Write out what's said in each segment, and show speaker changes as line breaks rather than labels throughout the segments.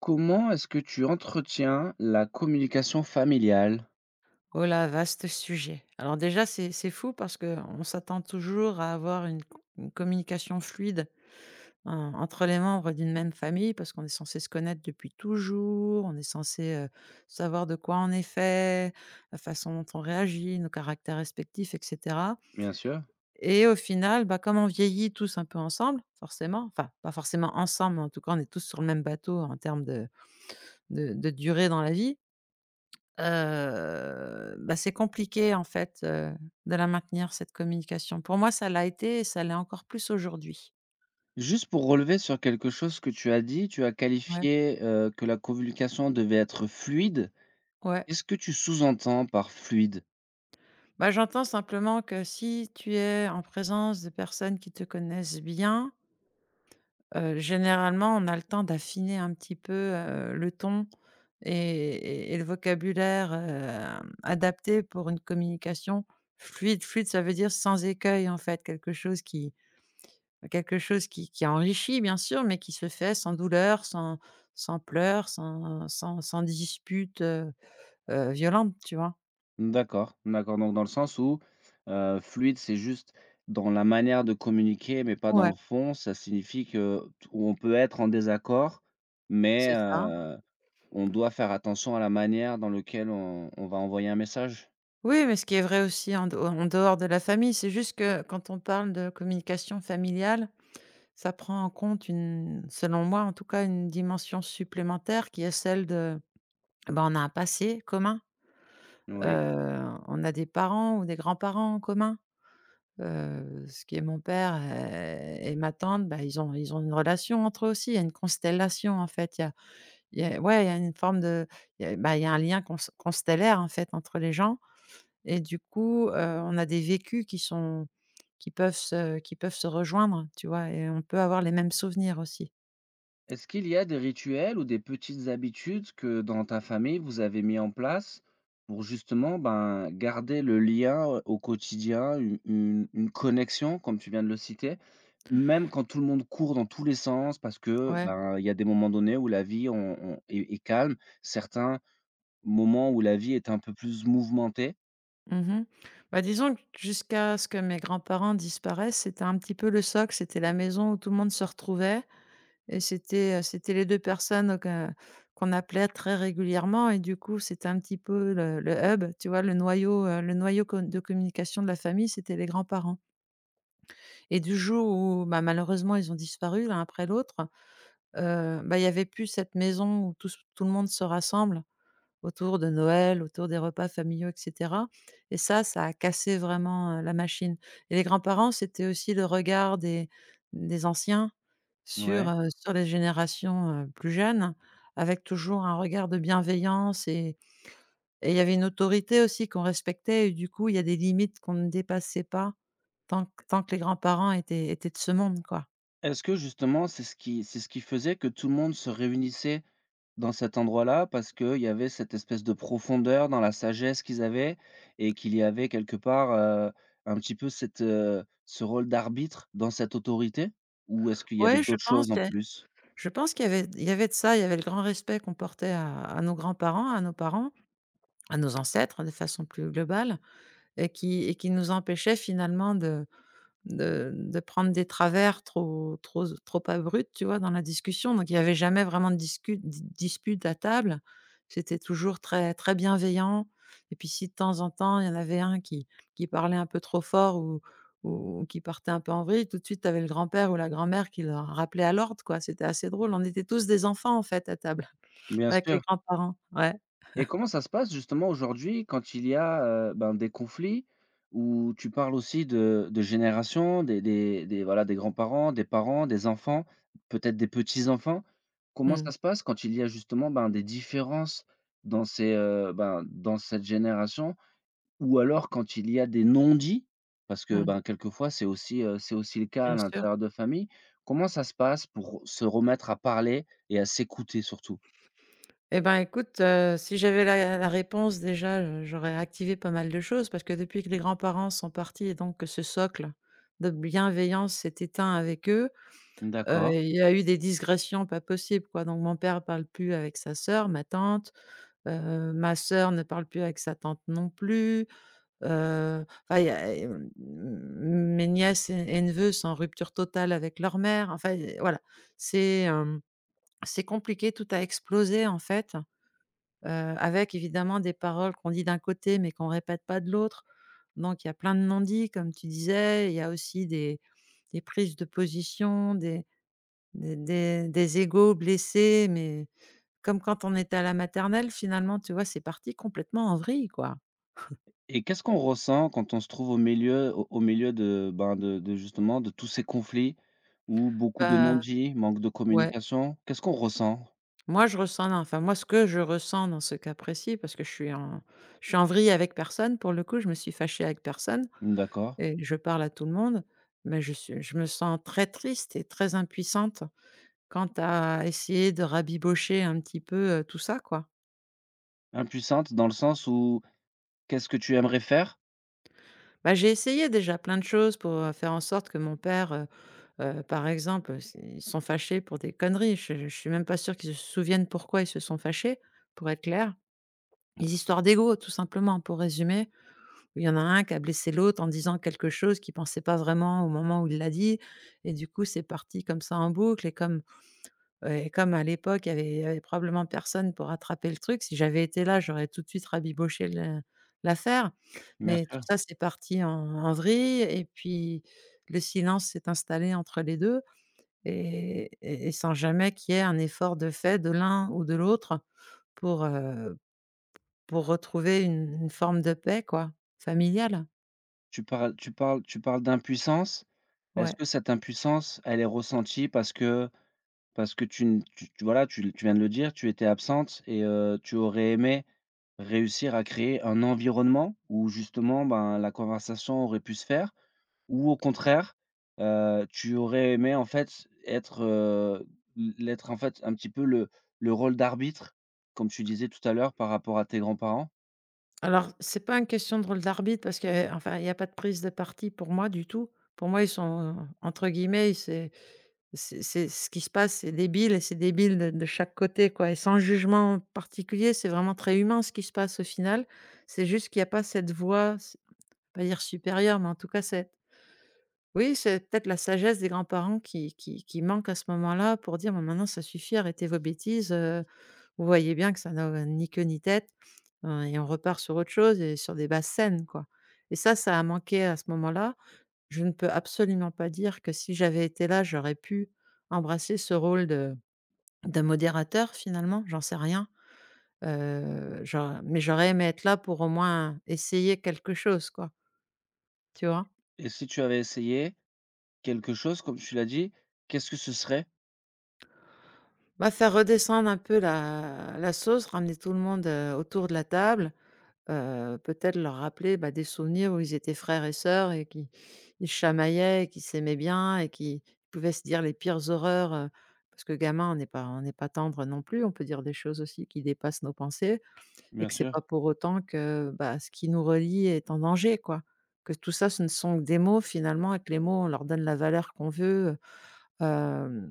Comment est-ce que tu entretiens la communication familiale?
Oh là, vaste sujet. Alors déjà, c'est fou parce qu'on s'attend toujours à avoir une communication fluide entre les membres d'une même famille parce qu'on est censé se connaître depuis toujours, on est censé savoir de quoi on est fait, la façon dont on réagit, nos caractères respectifs, etc.
Bien sûr.
Et au final, bah, comme on vieillit tous un peu ensemble, forcément, enfin pas forcément ensemble, mais en tout cas on est tous sur le même bateau en de durée dans la vie. Bah, c'est compliqué en fait, de la maintenir cette communication. Pour moi, ça l'a été et ça l'est encore plus aujourd'hui.
Juste pour relever sur quelque chose que tu as dit, tu as
Ouais.
qualifié, que la communication devait être fluide.
Ouais.
Qu'est-ce que tu sous-entends par «fluide»?
Bah, j'entends simplement que si tu es en présence de personnes qui te connaissent bien, généralement, on a le temps d'affiner un petit peu, le ton et le vocabulaire, adapté pour une communication fluide. Fluide, ça veut dire sans écueil en fait, Quelque chose qui enrichit bien sûr, mais qui se fait sans douleur, sans pleurs, sans disputes, violentes, tu vois?
D'accord, d'accord, donc dans le sens où, fluide, c'est juste dans la manière de communiquer, mais pas dans
Ouais,
le fond. Ça signifie que t on peut être en désaccord, mais
c'est ça.
on doit faire attention à la manière dans lequel on va envoyer un message?
Oui, mais ce qui est vrai aussi en dehors de la famille, c'est juste que quand on parle de communication familiale, ça prend en compte une selon moi en tout cas, une dimension supplémentaire qui est celle de, ben on a un passé commun, heu,
Oui.
on a des parents ou des grands-parents en commun. Ce qui est mon père, et ma tante, bah, ils ont une relation entre eux aussi. Il y a une constellation, en fait. Il y a ouais, il y a une forme de Il y a, bah, il y a un lien constellaire, en fait, entre les gens et du coup, on a des vécus qui peuvent se rejoindre, tu vois? Et on peut avoir les mêmes souvenirs aussi.
Est-ce qu'il y a des rituels ou des petites habitudes que dans ta famille, vous avez mis en place pour justement ben, garder le lien au quotidien, une, une connexion, comme tu viens de le citer, même quand tout le monde court dans tous les sens, parce que
Ouais.
ben, il y a des moments donnés où la vie est, est calme, certains moments où la vie est un peu plus mouvementée.
Mmh. Bah, disons que jusqu'à ce que mes grands-parents disparaissent, c'était un petit peu le socle, c'était la maison où tout le monde se retrouvait. Et c'était, c'était les 2 personnes que qu'on appelait très régulièrement et du coup, c'était un petit peu le hub, tu vois? Le noyau co de communication de la famille, c'était les grands-parents et du jour où, bah, malheureusement, ils ont disparu l'un après l'autre, bah, il n'y avait plus cette maison où tous tout le monde se rassemble autour de Noël, autour des repas familiaux, et cetera, et ça a cassé vraiment, la machine. Et les grands-parents, c'était aussi le regard des anciens sur,
Ouais.
sur les générations, plus jeunes, avec toujours un regard de bienveillance, et il y avait une autorité aussi qu'on respectait et du coup, il y a des limites qu'on ne dépassait pas tant que les grands-parents étaient de ce monde, quoi.
Est-ce que justement, c'est ce qui faisait que tout le monde se réunissait dans cet endroit-là? Parce qu'il y avait cette espèce de profondeur dans la sagesse qu'ils avaient et qu'il y avait quelque part, un petit peu cette, ce rôle d'arbitre dans cette autorité? Ou est-ce qu'il y avait
Ouais, je
d'autres
pense
choses en
que
plus?
je pense qu'il y avait il y avait de ça, il y avait le grand respect qu'on portait à nos grands-parents, à nos parents, à nos ancêtres de façon plus globale, et qui nous empêchait finalement de de prendre des travers trop abrupts, tu vois? Dans la discussion, donc il y avait jamais vraiment de discu di dispute à table. C'était toujours très très bienveillant et puis si de temps en temps, il y en avait un qui parlait un peu trop fort ou qui partait un peu en vrille, tout de suite, tu avais le grand-père ou la grand-mère qui le rappelait à l'ordre, quoi. C'était assez drôle. On était tous des enfants, en fait, à table
Bien
avec les
sûr.
grands-parents. Ouais.
Et comment ça se passe justement aujourd'hui quand il y a, ben, des conflits où tu parles aussi de génération, des voilà, des grands-parents, des parents, des enfants, peut-être des petits-enfants? Comment ça
Mmh.
se passe quand il y a justement, ben, des différences dans ces, ben, dans cette génération ou alors quand il y a des non-dits? Parce que,
Mmh.
ben, quelquefois c'est aussi le cas à
Bien sûr.
l'intérieur de famille. Comment ça se passe pour se remettre à parler et à s'écouter surtout?
Eh ben, écoute, si j'avais la réponse déjà, j'aurais activé pas mal de choses parce que depuis que les grands-parents sont partis et donc que ce socle de bienveillance s'est éteint avec eux,
D'accord.
il y a eu des digressions pas possibles, quoi. Donc mon père parle plus avec sa sœur, ma tante, ma sœur ne parle plus avec sa tante non plus, enfin il y a, mes nièces et neveux sont en rupture totale avec leur mère. Enfin, voilà, c'est, c'est compliqué, tout a explosé en fait. Heu, Avec évidemment des paroles qu'on dit d'un côté, mais qu'on répète pas de l'autre. Donc il y a plein de non-dits comme tu disais, il y a aussi des prises de position, des des égos blessés, mais comme quand on était à la maternelle finalement, tu vois? C'est parti complètement en vrille, quoi.
Et qu'est-ce qu'on ressent quand on se trouve au milieu au milieu de, ben, de justement de tous ces conflits où beaucoup de
Bah,
non-dits, manque de
ouais.
communication? Qu'est-ce qu'on ressent?
Moi ce que je ressens dans ce cas précis, parce que je suis en vrille avec personne pour le coup, je me suis fâchée avec personne.
D'accord.
Et je parle à tout le monde, mais je me sens très triste et très impuissante quant à essayer de rabibocher un petit peu, tout ça, quoi.
Impuissante dans le sens où qu'est-ce que tu aimerais faire?
Bah, j'ai essayé déjà plein de choses pour, faire en sorte que mon père, par exemple, s ils sont fâchés pour des conneries. Je suis même pas sûre qu'ils se souviennent pourquoi ils se sont fâchés, pour être clair. Les histoires d'ego, tout simplement, pour résumer, il y en a un qui a blessé l'autre en disant quelque chose qu'il pensait pas vraiment au moment où il l'a dit et du coup, c'est parti comme ça en boucle et comme à l'époque, il y avait probablement personne pour attraper le truc, si j'avais été là, j'aurais tout de suite rabiboché le l'affaire.
Bien
Mais tout
sûr.
ça, c'est parti en vrille et puis le silence s'est installé entre les 2, et sans jamais qu'il y ait un effort de fait de l'un ou de l'autre pour, heu, pour retrouver une forme de paix, quoi, familiale.
Tu parles d'impuissance. Est-ce
Ouais.
que cette impuissance, elle est ressentie parce que tu voilà, tu viens de le dire, tu étais absente et tu aurais aimé réussir à créer un environnement où justement, ben, la conversation aurait pu se faire? Ou au contraire, tu aurais aimé en fait être, l'être en fait un petit peu le rôle d'arbitre, comme tu disais tout à l'heure par rapport à tes grands-parents?
Alors, c'est pas une question de rôle d'arbitre parce que, enfin, il y a pas de prise de parti pour moi du tout. Pour moi, ils sont, entre guillemets, C'est ce qui se passe, c'est débile et c'est débile de chaque côté, quoi, et sans jugement particulier, c'est vraiment très humain ce qui se passe au final. C'est juste qu'il y a pas cette voix, s pas dire supérieure, mais en tout cas c'est oui, c'est peut-être la sagesse des grands-parents qui manque à ce moment-là pour dire: bon maintenant ça suffit, arrêtez vos bêtises, vous voyez bien que ça n'a ni queue ni tête», et on repart sur autre chose et sur des bases saines, quoi, et ça a manqué à ce moment-là. Je ne peux absolument pas dire que si j'avais été là, j'aurais pu embrasser ce rôle de modérateur finalement, j'en sais rien. J'aur mais j'aurais aimé être là pour au moins essayer quelque chose quoi, tu vois?
Et si tu avais essayé quelque chose, comme tu l'as dit, qu'est-ce que ce serait?
Bah, faire redescendre un peu la sauce, ramener tout le monde, autour de la table. Peut-être leur rappeler, bah, des souvenirs où ils étaient frères et sœurs et qui ils chamaillaient et qu'ils s'aimaient bien et qui pouvaient se dire les pires horreurs, parce que gamin, on n'est pas tendre non plus, on peut dire des choses aussi qui dépassent nos pensées, et
Bien
que c'est
sûr.
pas pour autant que, bah, ce qui nous relie est en danger, quoi. Que tout ça, ce ne sont que des mots finalement et que les mots, on leur donne la valeur qu'on veut,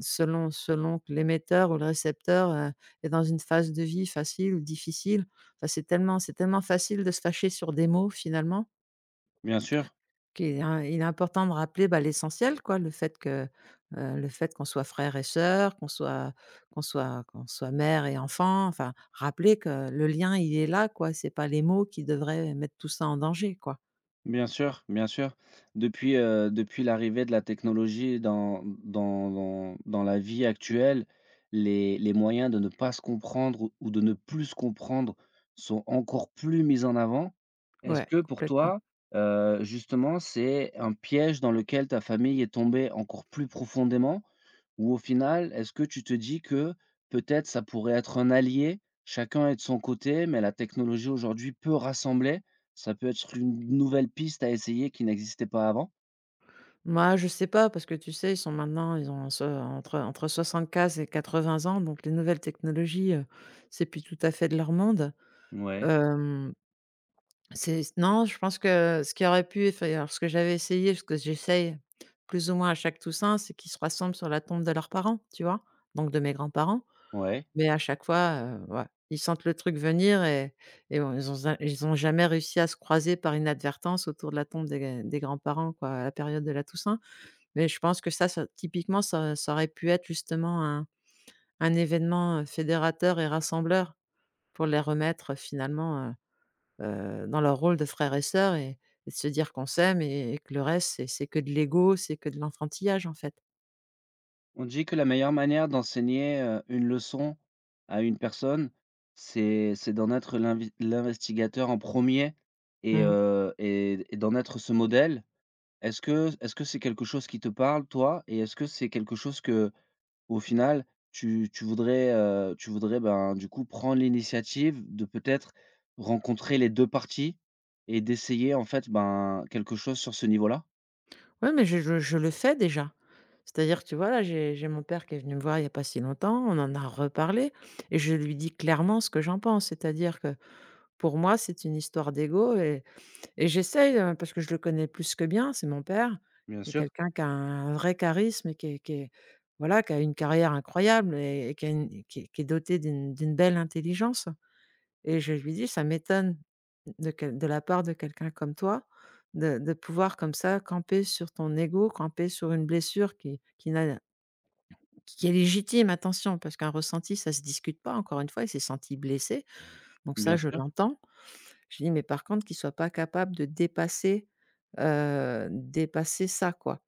selon que l'émetteur ou le récepteur, est dans une phase de vie facile ou difficile. Enfin, c'est tellement facile de se fâcher sur des mots finalement
Bien sûr.
qu'il est im il est important de rappeler, bah, l'essentiel quoi, le fait que, le fait qu'on soit frère et sœur, qu'on soit mère et enfant, enfin rappeler que le lien il est là quoi, c'est pas les mots qui devraient mettre tout ça en danger quoi.
Bien sûr, bien sûr. Depuis, depuis l'arrivée de la technologie dans la vie actuelle, les moyens de ne pas se comprendre ou de ne plus se comprendre sont encore plus mis en avant. Mmh. Est-ce
Ouais,
que pour
complètement.
toi, justement, c'est un piège dans lequel ta famille est tombée encore plus profondément? Ou au final, est-ce que tu te dis que peut-être ça pourrait être un allié, chacun est de son côté, mais la technologie aujourd'hui peut rassembler, ça peut être une nouvelle piste à essayer qui n'existait pas avant?
Moi, je sais pas parce que tu sais, ils sont maintenant ils ont se entre 75 et 80 ans donc les nouvelles technologies, c'est plus tout à fait de leur monde.
Ouais,
Hem C'est non, je pense que ce qui aurait pu enfin, alors ce que j'avais essayé, ce que j'essaye plus ou moins à chaque Toussaint, c'est qu'ils se rassemblent sur la tombe de leurs parents, tu vois? Donc de mes grands-parents,
ouais.
mais à chaque fois, ouais, ils sentent le truc venir et on ils ont za ils ont jamais réussi à se croiser par inadvertance autour de la tombe des grands-parents, quoi, à la période de la Toussaint, mais je pense que ça typiquement, ça aurait pu être justement un événement, fédérateur et rassembleur pour les remettre, finalement, dans leur rôle de frères et sœurs et de se dire qu'on s'aime et que le reste c'est que de l'ego, c'est que de l'enfantillage, en fait.
On dit que la meilleure manière d'enseigner, une leçon à une personne, c'est d'en être l'investigateur en premier
Mmh.
et d'en être ce modèle. Est-ce que c'est quelque chose qui te parle toi? Et est-ce que c'est quelque chose que au final, tu voudrais, tu voudrais, ben, du coup, prendre l'initiative de peut-être rencontrer les 2 parties et d'essayer, en fait, ben, quelque chose sur ce niveau-là?
Ouais, mais je le fais déjà. C'est-à-dire, tu vois, là, j'ai mon père qui est venu me voir il y a pas si longtemps, on en a reparlé et je lui dis clairement ce que j'en pense. C'est-à-dire que pour moi, c'est une histoire d'ego et j'essaye, parce que je le connais plus que bien, c'est mon père.
Bien
C'est
sûr,
quelqu'un qui a un vrai charisme et qui est voilà, qui a une carrière incroyable et qui a une qui est doté d'une belle intelligence. Et je lui dis: «Ça m'étonne de la part de quelqu'un comme toi de pouvoir comme ça camper sur ton ego, camper sur une blessure qui n'a qui est légitime, attention, parce qu'un ressenti, ça se discute pas, encore une fois, il s'est senti blessé, donc
bien
ça, je
sûr.
l'entends». Je dis: «Mais par contre, qu'il soit pas capable de dépasser, dépasser ça, quoi».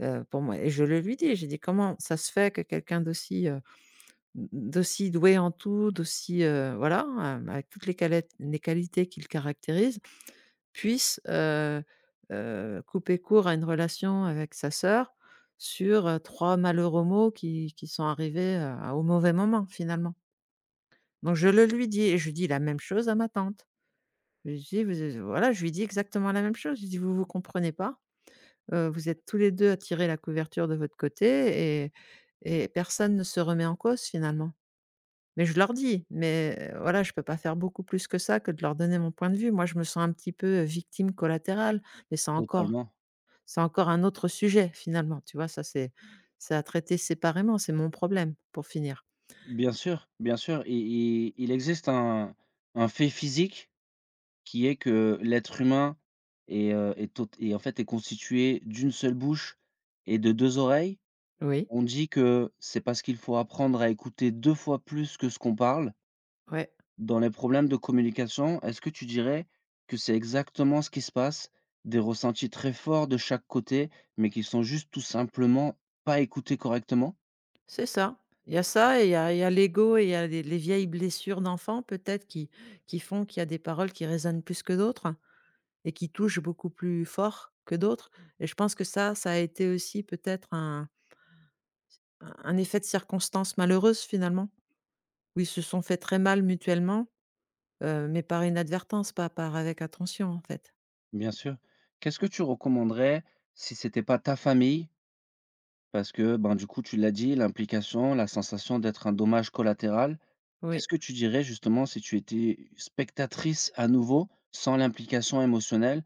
Pour moi, et je le lui dis, j'ai dit: «Comment ça se fait que quelqu'un d'aussi, d'aussi doué en tout, d'aussi, voilà, avec toutes les qualités qui le caractérisent, puisse, couper court à une relation avec sa sœur sur, 3 malheureux mots qui sont arrivés, au mauvais moment, finalement. Donc je le lui dis et je dis la même chose à ma tante. Je lui dis: «Vous je lui dis exactement la même chose. Je lui dis: «Vous comprenez pas, vous êtes tous les 2 à tirer la couverture de votre côté et personne ne se remet en cause, finalement». Mais je leur dis, mais voilà, je peux pas faire beaucoup plus que ça que de leur donner mon point de vue. Moi, je me sens un petit peu, victime collatérale, mais c'est encore
Totalement.
c'est encore un autre sujet finalement, tu vois? Ça, c'est à traiter séparément, c'est mon problème pour finir.
Bien sûr, bien sûr, et il existe un fait physique qui est que l'être humain est, est tot est en fait, est constitué d'une seule bouche et de 2 oreilles.
Oui.
On dit que c'est parce qu'il faut apprendre à écouter 2 fois plus que ce qu'on parle.
Ouais,
Dans les problèmes de communication, est-ce que tu dirais que c'est exactement ce qui se passe? Des ressentis très forts de chaque côté, mais qui sont juste tout simplement pas écoutés correctement?
c'est ça. Il y a ça et il y a l'ego et il y a les vieilles blessures d'enfant peut-être qui font qu'il y a des paroles qui résonnent plus que d'autres et qui touchent beaucoup plus fort que d'autres, et je pense que ça a été aussi peut-être un effet de circonstances malheureuses, finalement, où ils se sont fait très mal mutuellement, mais par inadvertance, pas par avec attention, en fait.
Bien sûr. Qu'est-ce que tu recommanderais si c'était pas ta famille? Parce que, ben, du coup, tu l'as dit, l'implication, la sensation d'être un dommage collatéral.
Oui.
Qu'est-ce que tu dirais justement si tu étais spectatrice à nouveau, sans l'implication émotionnelle,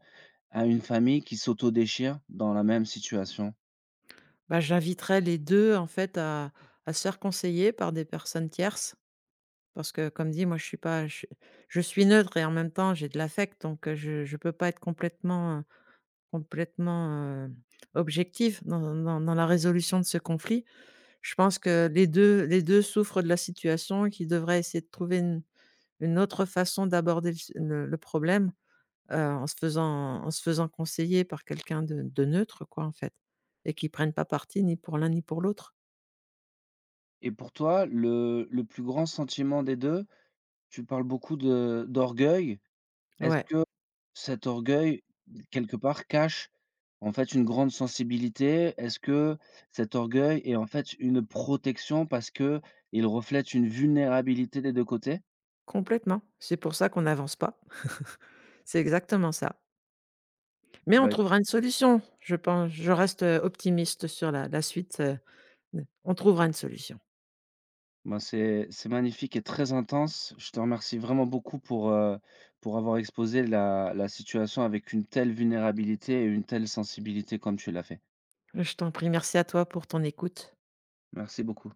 à une famille qui s'autodéchire dans la même situation?
Bah, j'inviterais les 2 en fait, à se faire conseiller par des personnes tierces parce que, comme dit, moi, je suis pas je je suis neutre et en même temps, j'ai de l'affect, donc je ne peux pas être complètement, complètement, heu, objective dans dans la résolution de ce conflit. Je pense que les deux souffrent de la situation et qu'ils devraient essayer de trouver une autre façon d'aborder le su le problème, heu, en se faisant conseiller par quelqu'un de neutre quoi, en fait, et qui prenne pas parti ni pour l'un ni pour l'autre.
Et pour toi, le plus grand sentiment des 2, tu parles beaucoup de d'orgueil. Est-ce
Ouais,
que cet orgueil, quelque part, cache, en fait, une grande sensibilité? Est-ce que cet orgueil est, en fait, une protection parce que il reflète une vulnérabilité des 2 côtés?
complètement. C'est pour ça qu'on n'avance pas. C'est exactement ça. Mais on
Bah, éc
trouvera une solution, je pense. Je reste, optimiste sur la suite, on trouvera une solution.
ben, c'est magnifique et très intense. Je te remercie vraiment beaucoup pour avoir exposé la la situation avec une telle vulnérabilité et une telle sensibilité comme tu l'as fait.
Je t'en prie, merci à toi pour ton écoute.
Merci beaucoup.